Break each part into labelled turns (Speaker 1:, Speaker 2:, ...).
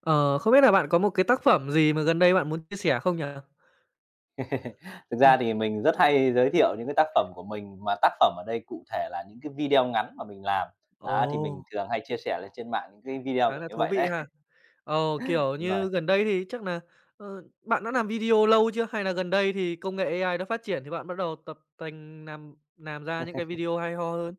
Speaker 1: Ờ, Không biết là bạn có một cái tác phẩm gì mà gần đây bạn muốn chia sẻ không nhỉ?
Speaker 2: Thực ra thì mình rất hay giới thiệu những cái tác phẩm của mình, mà tác phẩm ở đây cụ thể là những cái video ngắn mà mình làm. Á, thì mình
Speaker 1: Ồ,
Speaker 2: thường hay chia sẻ lên trên mạng những cái video
Speaker 1: khá
Speaker 2: kiểu
Speaker 1: là
Speaker 2: như
Speaker 1: thú
Speaker 2: vậy
Speaker 1: vị
Speaker 2: đấy.
Speaker 1: ha. Ờ, kiểu
Speaker 2: Đúng rồi,
Speaker 1: như gần đây thì chắc là bạn đã làm video lâu chưa? Hay là gần đây thì công nghệ AI nó phát triển thì bạn bắt đầu tập tành làm ra những cái video hay ho hơn?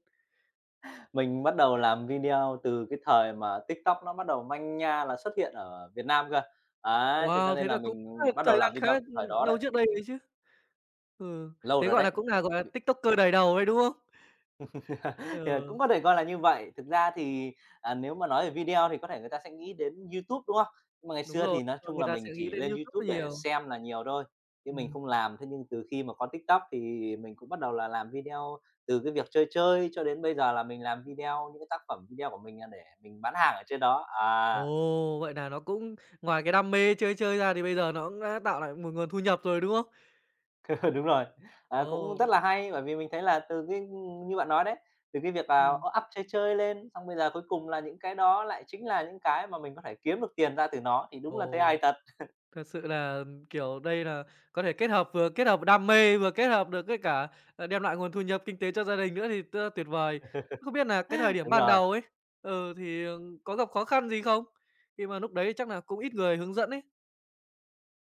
Speaker 2: mình bắt đầu làm video từ cái thời mà TikTok nó bắt đầu manh nha là xuất hiện ở Việt Nam cơ. Á, thế cho
Speaker 1: Wow, thế
Speaker 2: nên
Speaker 1: là
Speaker 2: là
Speaker 1: cũng
Speaker 2: mình
Speaker 1: khá là
Speaker 2: bắt
Speaker 1: thời
Speaker 2: đầu
Speaker 1: gian
Speaker 2: làm
Speaker 1: khá
Speaker 2: video
Speaker 1: là,
Speaker 2: từ thời đó đấy,
Speaker 1: lâu trước đây đấy chứ. Ừ,
Speaker 2: lâu
Speaker 1: thế,
Speaker 2: rồi
Speaker 1: gọi là
Speaker 2: đấy.
Speaker 1: cũng là gọi là, TikToker đời đầu đấy, đúng không?
Speaker 2: Ờ,
Speaker 1: Ừ,
Speaker 2: cũng có thể coi là như vậy. Thực ra thì, nếu mà nói về video thì có thể người ta sẽ nghĩ đến YouTube, đúng không? Nhưng mà ngày
Speaker 1: đúng
Speaker 2: xưa
Speaker 1: rồi,
Speaker 2: thì nói
Speaker 1: và
Speaker 2: chung
Speaker 1: người
Speaker 2: là
Speaker 1: ta
Speaker 2: mình
Speaker 1: sẽ nghĩ
Speaker 2: chỉ
Speaker 1: đến
Speaker 2: lên
Speaker 1: YouTube
Speaker 2: YouTube để
Speaker 1: nhiều.
Speaker 2: xem là nhiều thôi, chứ mình
Speaker 1: Ừm.
Speaker 2: không làm. Thế nhưng từ khi mà có TikTok thì mình cũng bắt đầu là làm video từ cái việc chơi chơi cho đến bây giờ là mình làm video những cái tác phẩm video của mình là để mình bán hàng ở trên đó. À.
Speaker 1: Ồ, vậy là nó cũng ngoài cái đam mê chơi chơi ra thì bây giờ nó cũng đã tạo lại một nguồn thu nhập rồi, đúng không?
Speaker 2: Đúng rồi, cũng
Speaker 1: Ồ,
Speaker 2: rất là hay, bởi vì mình thấy là từ cái như bạn nói đấy, từ cái việc là
Speaker 1: ừm,
Speaker 2: up chơi chơi lên, xong bây giờ cuối cùng là những cái đó lại chính là những cái mà mình có thể kiếm được tiền ra từ nó, thì đúng là thấy
Speaker 1: ồ,
Speaker 2: ai thật.
Speaker 1: Thật sự là, kiểu, đây là có thể kết hợp vừa kết hợp đam mê, vừa kết hợp được với cả, đem lại nguồn thu nhập kinh tế cho gia đình nữa thì rất là tuyệt vời. Không biết là cái thời điểm
Speaker 2: Đúng
Speaker 1: ban
Speaker 2: rồi.
Speaker 1: đầu ấy, ừ, thì, có gặp khó khăn gì không? Khi mà lúc đấy chắc là cũng ít người hướng dẫn ấy.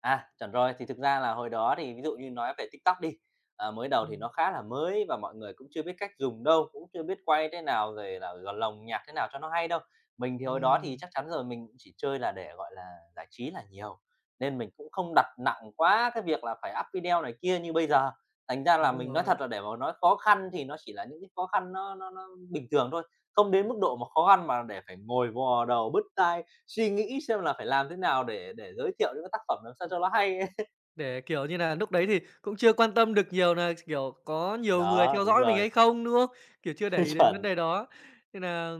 Speaker 2: À, chuẩn rồi. Thì thực ra là hồi đó thì ví dụ như nói về TikTok đi, mới đầu thì
Speaker 1: Ừm,
Speaker 2: nó khá là mới và mọi người cũng chưa biết cách dùng đâu, cũng chưa biết quay thế nào, rồi là gò lồng nhạc thế nào cho nó hay đâu. Mình thì hồi đó thì
Speaker 1: ừm,
Speaker 2: chắc chắn rồi, mình cũng chỉ chơi là để, gọi là, giải trí là nhiều, nên mình cũng không đặt nặng quá cái việc là phải up video này kia như bây giờ. Thành ra là
Speaker 1: đúng
Speaker 2: mình nói
Speaker 1: rồi.
Speaker 2: thật là để mà nói khó khăn thì nó chỉ là những cái khó khăn nó bình thường thôi, không đến mức độ mà khó khăn mà để phải ngồi vò đầu bứt tai, suy nghĩ xem là phải làm thế nào để giới thiệu những cái tác phẩm làm sao cho nó hay ấy.
Speaker 1: Để, kiểu như là lúc đấy thì cũng chưa quan tâm được nhiều là kiểu, có nhiều người
Speaker 2: Đó,
Speaker 1: theo
Speaker 2: đúng
Speaker 1: dõi mình
Speaker 2: rồi,
Speaker 1: hay không, đúng không? Kiểu, chưa để ý đến vấn
Speaker 2: chuẩn.
Speaker 1: đề đó. Nên nà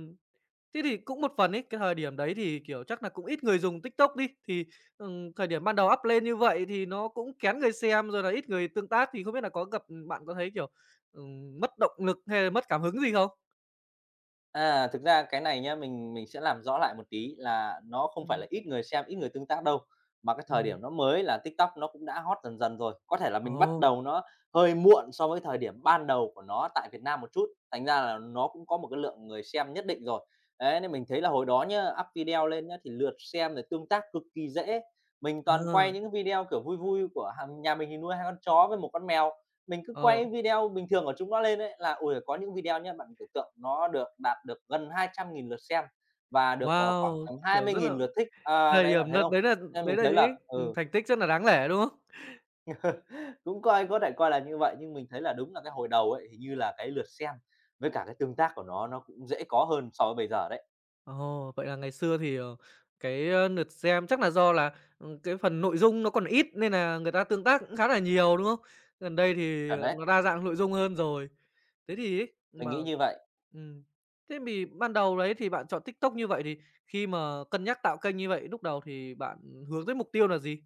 Speaker 1: thế thì cũng một phần ấy, cái thời điểm đấy thì, kiểu, chắc là cũng ít người dùng TikTok đi, thì, thời điểm ban đầu up lên như vậy thì nó cũng kén người xem, rồi là ít người tương tác, thì không biết là có gặp bạn có thấy, kiểu, mất động lực hay là mất cảm hứng gì không?
Speaker 2: À, thực ra cái này nhá, mình sẽ làm rõ lại một tí là nó không phải
Speaker 1: Ừm.
Speaker 2: là ít người xem, ít người tương tác đâu, mà cái thời
Speaker 1: Ừm.
Speaker 2: điểm nó mới là TikTok nó cũng đã hot dần dần rồi. Có thể là mình bắt
Speaker 1: Ồ,
Speaker 2: đầu nó hơi muộn so với thời điểm ban đầu của nó tại Việt Nam một chút, thành ra là nó cũng có một cái lượng người xem nhất định rồi. Đấy, nên mình thấy là hồi đó nhá, up video lên nhá, thì lượt xem rồi tương tác cực kỳ dễ. Mình
Speaker 1: ờ,
Speaker 2: toàn quay những cái video, kiểu, vui vui của hàng nhà mình thì nuôi 2 con chó với một con mèo, mình cứ
Speaker 1: ờ,
Speaker 2: quay video bình thường của chúng nó lên ấy, là, ui có những video nhé bạn tưởng tượng nó được đạt được gần 200.000 lượt xem và được, khoảng
Speaker 1: wow!
Speaker 2: tầm hai
Speaker 1: Kiểu,
Speaker 2: mươi
Speaker 1: rất là
Speaker 2: nghìn lượt thích. À,
Speaker 1: thời
Speaker 2: đấy, bạn
Speaker 1: điểm
Speaker 2: thấy
Speaker 1: đợt
Speaker 2: không? Nên
Speaker 1: đấy
Speaker 2: mình
Speaker 1: là
Speaker 2: thấy là
Speaker 1: những
Speaker 2: ừ,
Speaker 1: thành tích rất là đáng lẽ, đúng không?
Speaker 2: cũng coi có thể coi là như vậy, nhưng mình thấy là đúng là cái hồi đầu ấy, hình như là cái lượt xem với cả cái tương tác của nó cũng dễ có hơn so với bây giờ đấy.
Speaker 1: Ồ, vậy là ngày xưa thì, cái, lượt xem chắc là do là, cái phần nội dung nó còn ít nên là người ta tương tác cũng khá là nhiều, đúng không? Gần đây thì,
Speaker 2: Chuẩn đấy,
Speaker 1: nó đa dạng nội dung hơn rồi. Thế thì ấy,
Speaker 2: mình
Speaker 1: mà
Speaker 2: nghĩ như vậy.
Speaker 1: ừm, thế mì ban đầu đấy thì bạn chọn TikTok như vậy thì khi mà cân nhắc tạo kênh như vậy, lúc đầu thì bạn hướng tới mục tiêu là gì?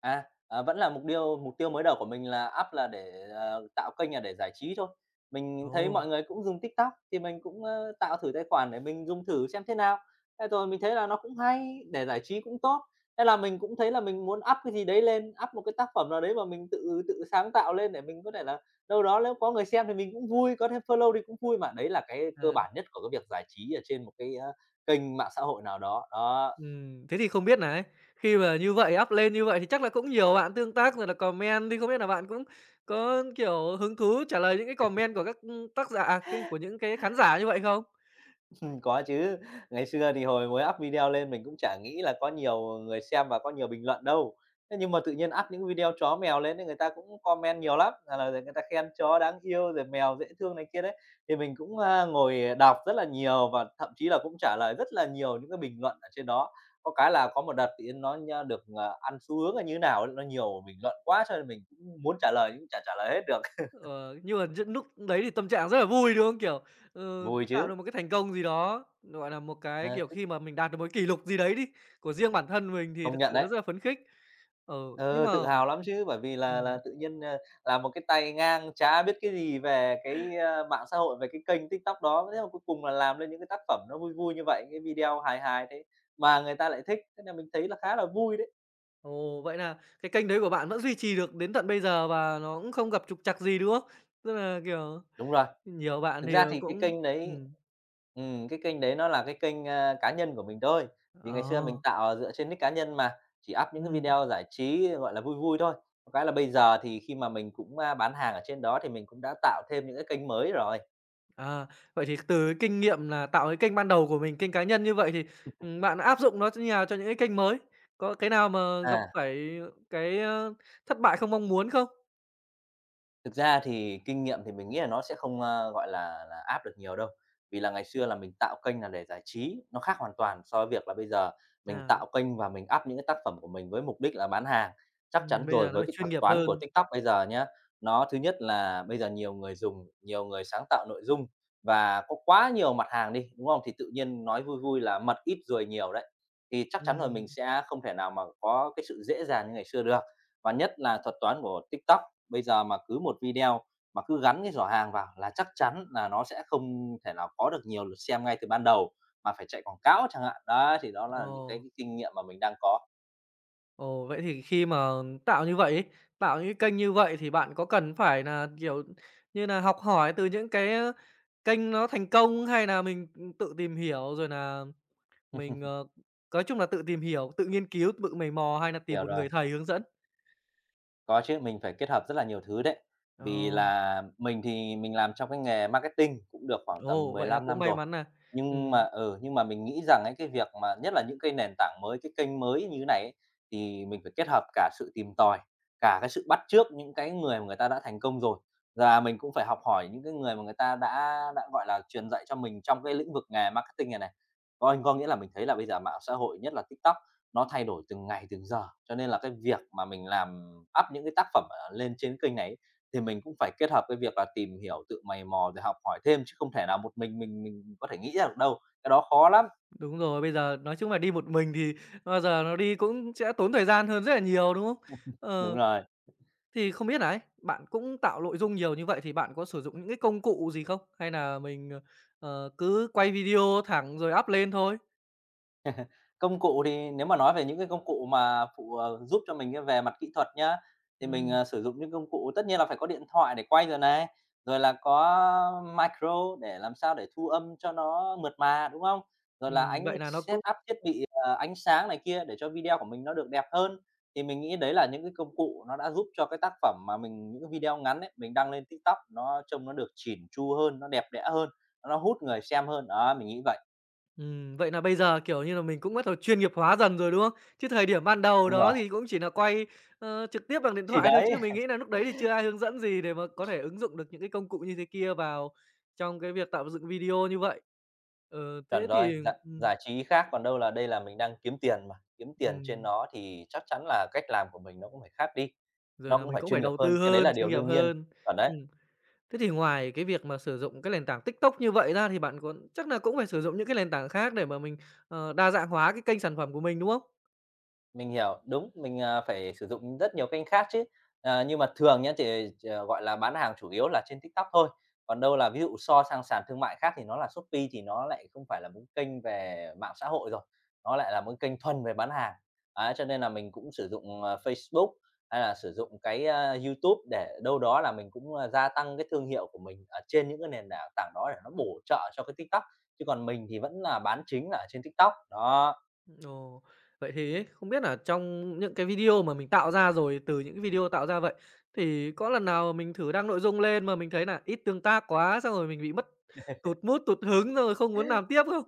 Speaker 2: À, à, vẫn là mục tiêu mới đầu của mình là up là để, tạo kênh là để giải trí thôi. Mình thấy
Speaker 1: Ồ.
Speaker 2: mọi người cũng dùng TikTok thì mình cũng, tạo thử tài khoản để mình dùng thử xem thế nào. Thế rồi mình thấy là nó cũng hay, để giải trí cũng tốt. Thế là mình cũng thấy là mình muốn up cái gì đấy lên, up một cái tác phẩm nào đấy mà mình tự tự sáng tạo lên để mình có thể là đâu đó nếu có người xem thì mình cũng vui, có thêm follow thì cũng vui mà. Đấy là cái cơ
Speaker 1: Ờ.
Speaker 2: bản nhất của cái việc giải trí ở trên một cái, kênh mạng xã hội nào đó, đó.
Speaker 1: Thế thì không biết này khi mà như vậy up lên như vậy thì chắc là cũng nhiều bạn tương tác rồi là comment thì không biết là bạn cũng có, kiểu, hứng thú trả lời những cái comment của các, tác giả à, cái của những cái khán giả như vậy không?
Speaker 2: Có chứ, ngày xưa thì hồi mới up video lên mình cũng chả nghĩ là có nhiều người xem và có nhiều bình luận đâu. Thế nhưng mà tự nhiên up những video chó mèo lên thì người ta cũng comment nhiều lắm, là người ta khen chó đáng yêu, rồi mèo dễ thương này kia đấy. Thì mình cũng, ngồi đọc rất là nhiều và thậm chí là cũng trả lời rất là nhiều những cái bình luận ở trên đó. Có cái là có một đợt thì nó được ăn xu hướng là như nào ấy, nó nhiều bình luận quá cho nên mình cũng muốn trả lời nhưng cũng chả trả lời hết được.
Speaker 1: Ờ, nhưng mà những lúc đấy thì tâm trạng rất là vui, đúng không? Kiểu, ừ,
Speaker 2: Vui
Speaker 1: tạo được
Speaker 2: chứ,
Speaker 1: một cái thành công gì đó, gọi là, một cái,
Speaker 2: ờ,
Speaker 1: kiểu,
Speaker 2: cứ
Speaker 1: khi mà mình đạt được một cái kỷ lục gì đấy đi, của riêng bản thân mình thì
Speaker 2: công
Speaker 1: thực
Speaker 2: nhận
Speaker 1: sự nó
Speaker 2: đấy.
Speaker 1: rất là phấn khích. Ờ, nhưng
Speaker 2: Ờ,
Speaker 1: mà
Speaker 2: tự hào lắm chứ, bởi vì là
Speaker 1: ừm.
Speaker 2: tự nhiên, là một cái tay ngang chả biết cái gì về cái, mạng xã hội, về cái kênh TikTok đó, thế mà cuối cùng là làm lên những cái tác phẩm nó vui vui như vậy, cái video hài hài thế mà người ta lại thích, thế là mình thấy là khá là vui đấy.
Speaker 1: Ồ, vậy là cái kênh đấy của bạn vẫn duy trì được đến tận bây giờ và nó cũng không gặp trục trặc gì, đúng không? Tức là, kiểu,
Speaker 2: Đúng rồi,
Speaker 1: nhiều bạn
Speaker 2: thực
Speaker 1: thì, ờ,
Speaker 2: ra thì cái
Speaker 1: cũng
Speaker 2: kênh đấy
Speaker 1: ừm,
Speaker 2: ừm, cái kênh đấy nó là cái kênh, cá nhân của mình thôi, vì ngày xưa mình
Speaker 1: ờ,
Speaker 2: tạo dựa trên nick cá nhân mà, chỉ up những cái
Speaker 1: ừm,
Speaker 2: video giải trí, gọi là, vui vui thôi. Có cái là bây giờ thì khi mà mình cũng, bán hàng ở trên đó thì mình cũng đã tạo thêm những cái kênh mới rồi.
Speaker 1: à, vậy thì từ cái kinh nghiệm là tạo cái kênh ban đầu của mình, kênh cá nhân như vậy thì, bạn áp dụng nó như nào cho những cái kênh mới? Có cái nào mà gặp
Speaker 2: À.
Speaker 1: phải cái, thất bại không mong muốn không?
Speaker 2: Thực ra thì kinh nghiệm thì mình nghĩ là nó sẽ không, gọi là áp được nhiều đâu, vì là ngày xưa là mình tạo kênh là để giải trí, nó khác hoàn toàn so với việc là bây giờ mình
Speaker 1: À,
Speaker 2: tạo kênh và mình up những cái tác phẩm của mình với mục đích là bán hàng. Chắc chắn
Speaker 1: Bây
Speaker 2: rồi,
Speaker 1: giờ nó
Speaker 2: với
Speaker 1: phải
Speaker 2: cái
Speaker 1: chuyên
Speaker 2: thuật
Speaker 1: nghiệp
Speaker 2: toán của
Speaker 1: hơn.
Speaker 2: TikTok bây giờ nhá, nó thứ nhất là bây giờ nhiều người dùng, nhiều người sáng tạo nội dung và có quá nhiều mặt hàng đi, đúng không? Thì tự nhiên nói vui vui là mật ít ruồi nhiều đấy, thì chắc chắn rồi mình
Speaker 1: Ừm,
Speaker 2: sẽ không thể nào mà có cái sự dễ dàng như ngày xưa được. Và nhất là thuật toán của TikTok bây giờ mà cứ một video mà cứ gắn cái giỏ hàng vào là chắc chắn là nó sẽ không thể nào có được nhiều lượt xem ngay từ ban đầu, mà phải chạy quảng cáo chẳng hạn. Đó, thì đó là những cái
Speaker 1: ồ.
Speaker 2: kinh nghiệm mà mình đang có.
Speaker 1: Ồ, vậy thì khi mà tạo như vậy ấy, tạo những kênh như vậy thì bạn có cần phải là kiểu như là học hỏi từ những cái, kênh nó thành công hay là mình, ừ, tự tìm hiểu rồi là mình, nói chung là tự tìm hiểu, tự nghiên cứu, tự mày mò hay là tìm
Speaker 2: Hiểu
Speaker 1: một
Speaker 2: rồi.
Speaker 1: người thầy hướng dẫn?
Speaker 2: Có chứ, mình phải kết hợp rất là nhiều thứ đấy. Vì
Speaker 1: Ồ,
Speaker 2: là mình thì mình làm trong cái nghề marketing cũng được khoảng tầm
Speaker 1: ồ, vậy là
Speaker 2: 15
Speaker 1: cũng
Speaker 2: năm
Speaker 1: may
Speaker 2: rồi.
Speaker 1: mắn nà
Speaker 2: Nhưng mà
Speaker 1: ừm,
Speaker 2: ừ, nhưng mà mình nghĩ rằng ấy, cái việc mà nhất là những cái nền tảng mới, cái kênh mới như thế này ấy, thì mình phải kết hợp cả sự tìm tòi, cả cái sự bắt chước những cái người mà người ta đã thành công rồi. Và mình cũng phải học hỏi những cái người mà người ta đã, gọi là, truyền dạy cho mình trong cái lĩnh vực nghề marketing này này. Có nghĩa là mình thấy là bây giờ mạng xã hội, nhất là TikTok nó thay đổi từng ngày, từng giờ. Cho nên là cái việc mà mình làm up những cái tác phẩm, lên trên kênh này ấy, thì mình cũng phải kết hợp cái việc là tìm hiểu, tự mày mò rồi học hỏi thêm, chứ không thể nào một mình mình có thể nghĩ ra được đâu, cái đó khó lắm.
Speaker 1: đúng rồi, bây giờ nói chung là đi một mình thì bao giờ nó đi cũng sẽ tốn thời gian hơn rất là nhiều, đúng không?
Speaker 2: Đúng
Speaker 1: Ờ.
Speaker 2: rồi.
Speaker 1: Thì không biết nà ấy, bạn cũng tạo nội dung nhiều như vậy thì bạn có sử dụng những cái công cụ gì không? Hay là mình, cứ quay video thẳng rồi up lên thôi?
Speaker 2: Công cụ thì nếu mà nói về những cái công cụ mà phụ, giúp cho mình cái về mặt kỹ thuật nhá, thì mình,
Speaker 1: Ừm,
Speaker 2: sử dụng những công cụ tất nhiên là phải có điện thoại để quay rồi này, rồi là có micro để làm sao để thu âm cho nó mượt mà, đúng không? Rồi là
Speaker 1: vậy là nó cũng
Speaker 2: setup thiết bị, ánh sáng này kia để cho video của mình nó được đẹp hơn. Thì mình nghĩ đấy là những cái công cụ nó đã giúp cho cái tác phẩm mà mình những cái video ngắn ấy, mình đăng lên TikTok nó trông nó được chỉn chu hơn, nó đẹp đẽ hơn, nó hút người xem hơn. Đó, mình nghĩ vậy.
Speaker 1: vậy là bây giờ, kiểu như là, mình cũng bắt đầu chuyên nghiệp hóa dần rồi, đúng không? Chứ thời điểm ban đầu
Speaker 2: Đúng rồi,
Speaker 1: đó thì cũng chỉ là quay, trực tiếp bằng điện
Speaker 2: thì
Speaker 1: thoại thôi,
Speaker 2: đấy.
Speaker 1: chứ mình nghĩ là lúc đấy thì chưa ai hướng dẫn gì để mà có thể ứng dụng được những cái công cụ như thế kia vào trong cái việc tạo dựng video như vậy. Ờ, thế
Speaker 2: Chuẩn rồi,
Speaker 1: thì
Speaker 2: dạ
Speaker 1: ừm,
Speaker 2: giải trí khác, còn đâu là đây là mình đang kiếm tiền mà, kiếm tiền trên
Speaker 1: ừm,
Speaker 2: nó thì chắc chắn là cách làm của mình nó cũng phải khác đi,
Speaker 1: rồi
Speaker 2: nó
Speaker 1: là
Speaker 2: cũng
Speaker 1: mình
Speaker 2: phải
Speaker 1: cũng phải
Speaker 2: chuyên nghiệp
Speaker 1: đầu tư
Speaker 2: hơn, cái đấy
Speaker 1: hơn,
Speaker 2: là
Speaker 1: chuyên
Speaker 2: điều
Speaker 1: nghiệp
Speaker 2: đương nhiên.
Speaker 1: hơn.
Speaker 2: Chuẩn đấy.
Speaker 1: Thế thì ngoài cái việc mà sử dụng cái nền tảng TikTok như vậy ra thì bạn còn chắc là cũng phải sử dụng những cái nền tảng khác để mà mình, đa dạng hóa cái kênh sản phẩm của mình, đúng không?
Speaker 2: Mình hiểu, đúng, mình phải sử dụng rất nhiều kênh khác chứ. Nhưng mà thường nhá, thì gọi là, bán hàng chủ yếu là trên TikTok thôi, còn đâu là ví dụ so sang sàn thương mại khác thì nó là Shopee thì nó lại không phải là một kênh về mạng xã hội rồi, nó lại là một kênh thuần về bán hàng. Ấy, cho nên là mình cũng sử dụng, Facebook hay là sử dụng cái YouTube để đâu đó là mình cũng, gia tăng cái thương hiệu của mình ở trên những cái nền đảng tảng đó để nó bổ trợ cho cái TikTok, chứ còn mình thì vẫn là bán chính là ở trên TikTok, đó.
Speaker 1: Ồ, vậy thì ấy, không biết là trong những cái video mà mình tạo ra rồi, từ những cái video tạo ra vậy, thì có lần nào mình thử đăng nội dung lên mà mình thấy là ít tương tác quá, xong rồi mình bị mất tụt mood, tụt hứng, rồi không muốn làm tiếp không?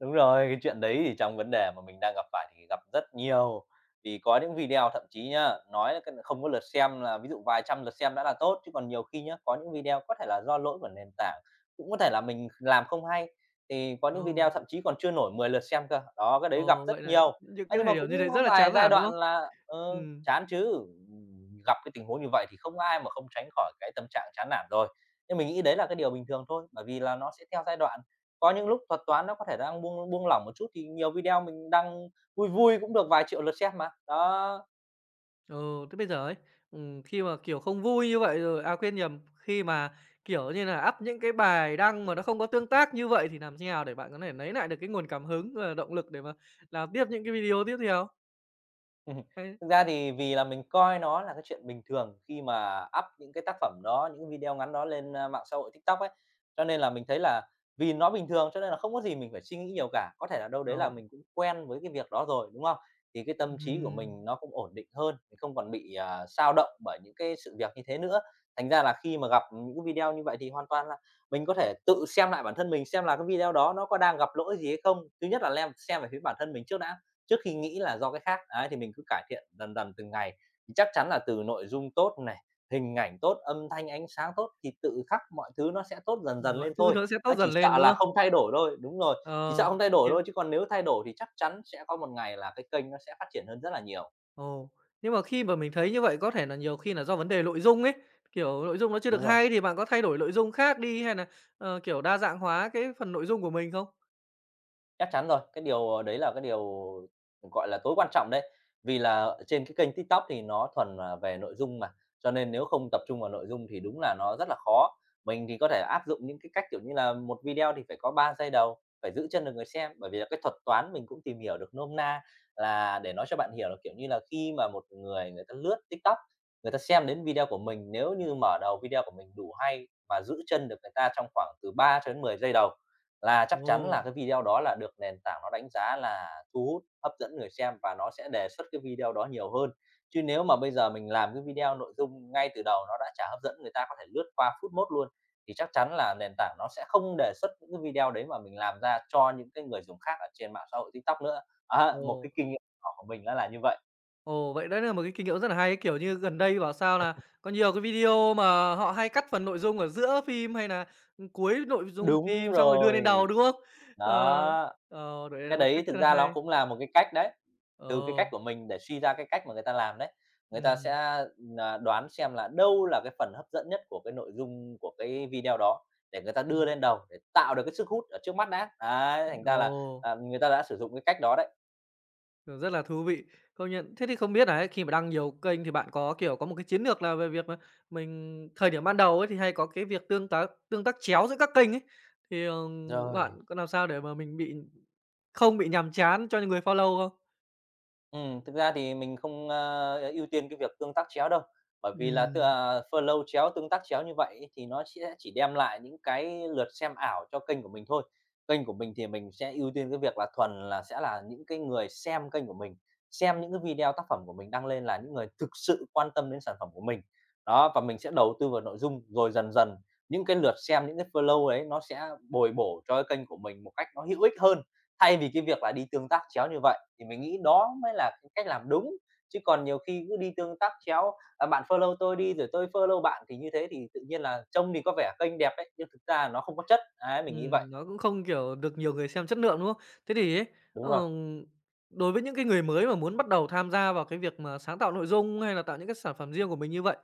Speaker 2: Đúng rồi, cái chuyện đấy thì trong vấn đề mà mình đang gặp phải thì gặp rất nhiều. Vì có những video thậm chí nhá, nói là cái không có lượt xem là ví dụ vài trăm lượt xem đã là tốt, chứ còn nhiều khi nhá, có những video có thể là do lỗi của nền tảng, cũng có thể là mình làm không hay, thì có
Speaker 1: Ồ,
Speaker 2: những video thậm chí còn chưa nổi 10 lượt xem cơ. Đó, cái đấy gặp
Speaker 1: ồ, vậy
Speaker 2: rất
Speaker 1: là
Speaker 2: nhiều.
Speaker 1: những
Speaker 2: Á,
Speaker 1: cái
Speaker 2: nhưng
Speaker 1: thời
Speaker 2: mà
Speaker 1: điểm như thế
Speaker 2: cũng có
Speaker 1: rất là
Speaker 2: vài
Speaker 1: chán
Speaker 2: giai
Speaker 1: nản, đúng
Speaker 2: đoạn
Speaker 1: không?
Speaker 2: là,
Speaker 1: Ừm.
Speaker 2: chán chứ, gặp cái tình huống như vậy thì không ai mà không tránh khỏi cái tâm trạng chán nản rồi. Nhưng mình nghĩ đấy là cái điều bình thường thôi, bởi vì là nó sẽ theo giai đoạn. Có những lúc thuật toán nó có thể đang buông buông lỏng một chút thì nhiều video mình đăng vui vui cũng được vài triệu lượt xem mà. Đó.
Speaker 1: Ừ, thế bây giờ ấy, khi mà, kiểu, không vui như vậy rồi à, quên nhầm, khi mà, kiểu như là up những cái bài đăng mà nó không có tương tác như vậy thì làm thế nào để bạn có thể lấy lại được cái nguồn cảm hứng và động lực để mà làm tiếp những cái video tiếp theo?
Speaker 2: Ừm,
Speaker 1: Hay
Speaker 2: thực ra thì vì là mình coi nó là cái chuyện bình thường khi mà up những cái tác phẩm đó, những video ngắn đó lên, mạng xã hội TikTok ấy, cho nên là mình thấy là vì nó bình thường cho nên là không có gì mình phải suy nghĩ nhiều cả. Có thể là đâu đấy là
Speaker 1: ồ,
Speaker 2: mình cũng quen với cái việc đó rồi, đúng không? Thì cái tâm trí của
Speaker 1: ừm,
Speaker 2: mình nó cũng ổn định hơn, mình không còn bị, xao động bởi những cái sự việc như thế nữa. Thành ra là khi mà gặp những cái video như vậy thì hoàn toàn là mình có thể tự xem lại bản thân mình xem là cái video đó nó có đang gặp lỗi gì hay không. Thứ nhất là lem xem về phía bản thân mình trước đã trước khi nghĩ là do cái khác. Đấy, thì mình cứ cải thiện dần dần từng ngày, thì chắc chắn là từ nội dung tốt này, hình ảnh tốt, âm thanh, ánh sáng tốt thì tự khắc mọi thứ nó sẽ tốt dần dần
Speaker 1: mọi
Speaker 2: lên
Speaker 1: thứ
Speaker 2: thôi.
Speaker 1: nó sẽ tốt
Speaker 2: Á,
Speaker 1: dần
Speaker 2: chỉ
Speaker 1: lên,
Speaker 2: sợ
Speaker 1: đúng
Speaker 2: là
Speaker 1: không?
Speaker 2: không thay đổi thôi đúng rồi, chỉ
Speaker 1: Ờ,
Speaker 2: sợ không thay đổi
Speaker 1: nhưng
Speaker 2: thôi, chứ còn nếu thay đổi thì chắc chắn sẽ có một ngày là cái kênh nó sẽ phát triển hơn rất là nhiều.
Speaker 1: ồ, nhưng mà khi mà mình thấy như vậy có thể là nhiều khi là do vấn đề nội dung ấy, kiểu, nội dung nó chưa được
Speaker 2: Đúng rồi.
Speaker 1: hay thì bạn có thay đổi nội dung khác đi hay là kiểu, đa dạng hóa cái phần nội dung của mình không?
Speaker 2: Chắc chắn rồi, cái điều, đấy là cái điều, gọi là, tối quan trọng đấy. Vì là trên cái kênh TikTok thì nó thuần là về nội dung mà, cho nên nếu không tập trung vào nội dung thì đúng là nó rất là khó. Mình thì có thể áp dụng những cái cách, kiểu như là, một video thì phải có 3 giây đầu, phải giữ chân được người xem, bởi vì là cái thuật toán mình cũng tìm hiểu được nôm na là để nói cho bạn hiểu là, kiểu như là, khi mà một người người ta lướt TikTok, người ta xem đến video của mình, nếu như mở đầu video của mình đủ hay mà giữ chân được người ta trong khoảng từ 3 cho đến 10 giây đầu là chắc chắn là
Speaker 1: Ồ,
Speaker 2: cái video đó là được nền tảng nó đánh giá là thu hút, hấp dẫn người xem và nó sẽ đề xuất cái video đó nhiều hơn. Chứ nếu mà bây giờ mình làm cái video nội dung ngay từ đầu nó đã chả hấp dẫn, người ta có thể lướt qua phút mốt luôn, thì chắc chắn là nền tảng nó sẽ không đề xuất những cái video đấy mà mình làm ra cho những cái người dùng khác ở trên mạng xã hội TikTok nữa. Á, một
Speaker 1: ồ.
Speaker 2: cái kinh nghiệm nhỏ của mình nó là như vậy.
Speaker 1: Ồ, vậy đấy là một cái kinh nghiệm rất là hay. Ấy. Kiểu như, gần đây bảo sao là có nhiều cái video mà họ hay cắt phần nội dung ở giữa phim hay là ừ, cuối nội dung
Speaker 2: Đúng
Speaker 1: phim xong rồi đưa lên
Speaker 2: rồi.
Speaker 1: đầu, đúng không? Ờ,
Speaker 2: Đó.
Speaker 1: đấy là
Speaker 2: Cái
Speaker 1: một
Speaker 2: đấy
Speaker 1: cách
Speaker 2: thực
Speaker 1: rất là
Speaker 2: ra
Speaker 1: hay.
Speaker 2: nó cũng là một cái cách đấy, từ cái cách
Speaker 1: Ồ,
Speaker 2: của mình để suy ra cái cách mà người ta làm đấy. Người ta sẽ,
Speaker 1: ừm,
Speaker 2: à, đoán xem là đâu là cái phần hấp dẫn nhất của cái nội dung của cái video đó để người ta đưa
Speaker 1: ừm,
Speaker 2: lên đầu, để tạo được cái sức hút ở trước mắt đã. Đấy, thành ra là,
Speaker 1: ồ,
Speaker 2: người ta đã sử dụng cái cách đó đấy.
Speaker 1: Rất là thú vị, công nhận. Thế thì không biết là ấy, khi mà đăng nhiều kênh thì bạn có, kiểu, có một cái chiến lược là về việc mà mình thời điểm ban đầu ấy thì hay có cái việc tương tác chéo giữa các kênh ấy, thì,
Speaker 2: Rồi.
Speaker 1: bạn có làm sao để mà mình bị không bị nhàm chán cho những người follow không?
Speaker 2: Thực ra thì mình không ưu tiên cái việc tương tác chéo đâu, bởi vì là tức
Speaker 1: Ừm,
Speaker 2: là follow chéo, tương tác chéo như vậy ấy thì nó sẽ chỉ đem lại những cái lượt xem ảo cho kênh của mình thôi. Kênh của mình thì mình sẽ ưu tiên cái việc là thuần là sẽ là những cái người xem kênh của mình, xem những cái video tác phẩm của mình đăng lên là những người thực sự quan tâm đến sản phẩm của mình. Đó, và mình sẽ đầu tư vào nội dung, rồi dần dần những cái lượt xem, những cái follow ấy nó sẽ bồi bổ cho cái kênh của mình một cách nó hữu ích hơn. Thay vì cái việc là đi tương tác chéo như vậy thì mình nghĩ đó mới là cái cách làm đúng, chứ còn nhiều khi cứ đi tương tác chéo, bạn follow tôi đi rồi tôi follow bạn thì như thế thì tự nhiên là trông thì có vẻ kênh đẹp đấy, nhưng thực ra nó không có chất. Đấy, mình nghĩ vậy.
Speaker 1: nó cũng không, kiểu, được nhiều người xem chất lượng, đúng không? Thế thì ấy,
Speaker 2: Đúng rồi,
Speaker 1: ờ, đối với những cái người mới mà muốn bắt đầu tham gia vào cái việc mà sáng tạo nội dung hay là tạo những cái sản phẩm riêng của mình như vậy,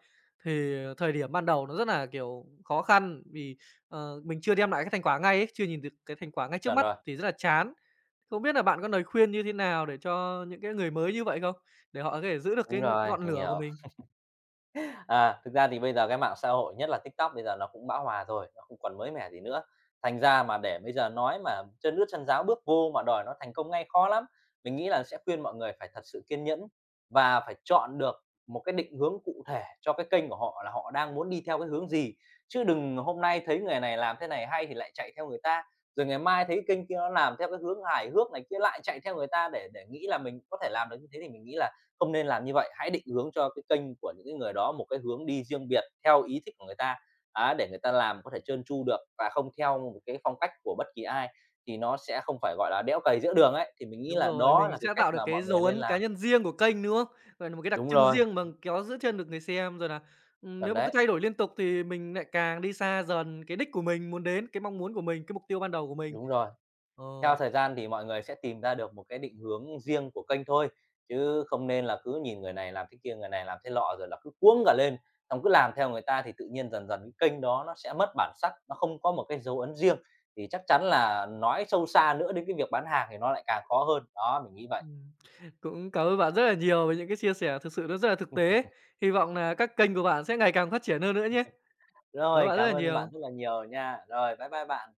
Speaker 1: thì thời điểm ban đầu nó rất là, kiểu, khó khăn vì, mình chưa đem lại cái thành quả ngay ấy, chưa nhìn được cái thành quả ngay trước
Speaker 2: chuẩn
Speaker 1: mắt
Speaker 2: rồi.
Speaker 1: thì rất là chán. Không biết là bạn có lời khuyên như thế nào để cho những cái người mới như vậy không? Để họ có thể giữ được
Speaker 2: Đúng
Speaker 1: cái
Speaker 2: rồi,
Speaker 1: ngọn
Speaker 2: mình
Speaker 1: lửa của
Speaker 2: hiểu.
Speaker 1: mình?
Speaker 2: À, thực ra thì bây giờ cái mạng xã hội, nhất là TikTok bây giờ nó cũng bão hòa rồi, nó không còn mới mẻ gì nữa. Thành ra mà để bây giờ nói mà chân ướt chân ráo bước vô mà đòi nó thành công ngay khó lắm. Mình nghĩ là sẽ khuyên mọi người phải thật sự kiên nhẫn và phải chọn được một cái định hướng cụ thể cho cái kênh của họ là họ đang muốn đi theo cái hướng gì, chứ đừng hôm nay thấy người này làm thế này hay thì lại chạy theo người ta, rồi ngày mai thấy kênh kia nó làm theo cái hướng hài hước này kia lại chạy theo người ta để nghĩ là mình có thể làm được như thế thì mình nghĩ là không nên làm như vậy. Hãy định hướng cho cái kênh của những cái người đó một cái hướng đi riêng biệt theo ý thích của người ta, á, để người ta làm có thể trơn tru được và không theo một cái phong cách của bất kỳ ai, thì nó sẽ không phải, gọi là, đẽo cày giữa đường ấy. Thì mình nghĩ
Speaker 1: Đúng
Speaker 2: là
Speaker 1: rồi,
Speaker 2: đó
Speaker 1: mình
Speaker 2: là
Speaker 1: sẽ
Speaker 2: cái cách
Speaker 1: tạo được
Speaker 2: mà
Speaker 1: cái
Speaker 2: mọi người
Speaker 1: dấu
Speaker 2: nên
Speaker 1: ấn cá
Speaker 2: làm.
Speaker 1: nhân riêng của kênh, đúng không? Gọi là một cái đặc
Speaker 2: Đúng
Speaker 1: trưng
Speaker 2: rồi,
Speaker 1: riêng mà kéo giữ chân được người xem, rồi là
Speaker 2: chuẩn
Speaker 1: nếu mà cứ
Speaker 2: đấy,
Speaker 1: thay đổi liên tục thì mình lại càng đi xa dần cái đích của mình muốn đến, cái mong muốn của mình, cái mục tiêu ban đầu của mình.
Speaker 2: đúng rồi.
Speaker 1: Ờ,
Speaker 2: Theo thời gian thì mọi người sẽ tìm ra được một cái định hướng riêng của kênh thôi, chứ không nên là cứ nhìn người này làm thế kia, người này làm thế lọ rồi là cứ cuống cả lên, xong cứ làm theo người ta thì tự nhiên dần dần cái kênh đó nó sẽ mất bản sắc, nó không có một cái dấu ấn riêng, thì chắc chắn là nói sâu xa nữa đến cái việc bán hàng thì nó lại càng khó hơn. Đó, mình nghĩ vậy.
Speaker 1: ừm, Cũng cảm ơn bạn rất là nhiều về những cái chia sẻ thực sự nó rất là thực tế. Hy vọng là các kênh của bạn sẽ ngày càng phát triển hơn nữa nhé. Cảm ơn
Speaker 2: rồi,
Speaker 1: bạn rất
Speaker 2: cảm
Speaker 1: là
Speaker 2: ơn bạn
Speaker 1: nhiều.
Speaker 2: rất là nhiều nha. Rồi, bye bye bạn.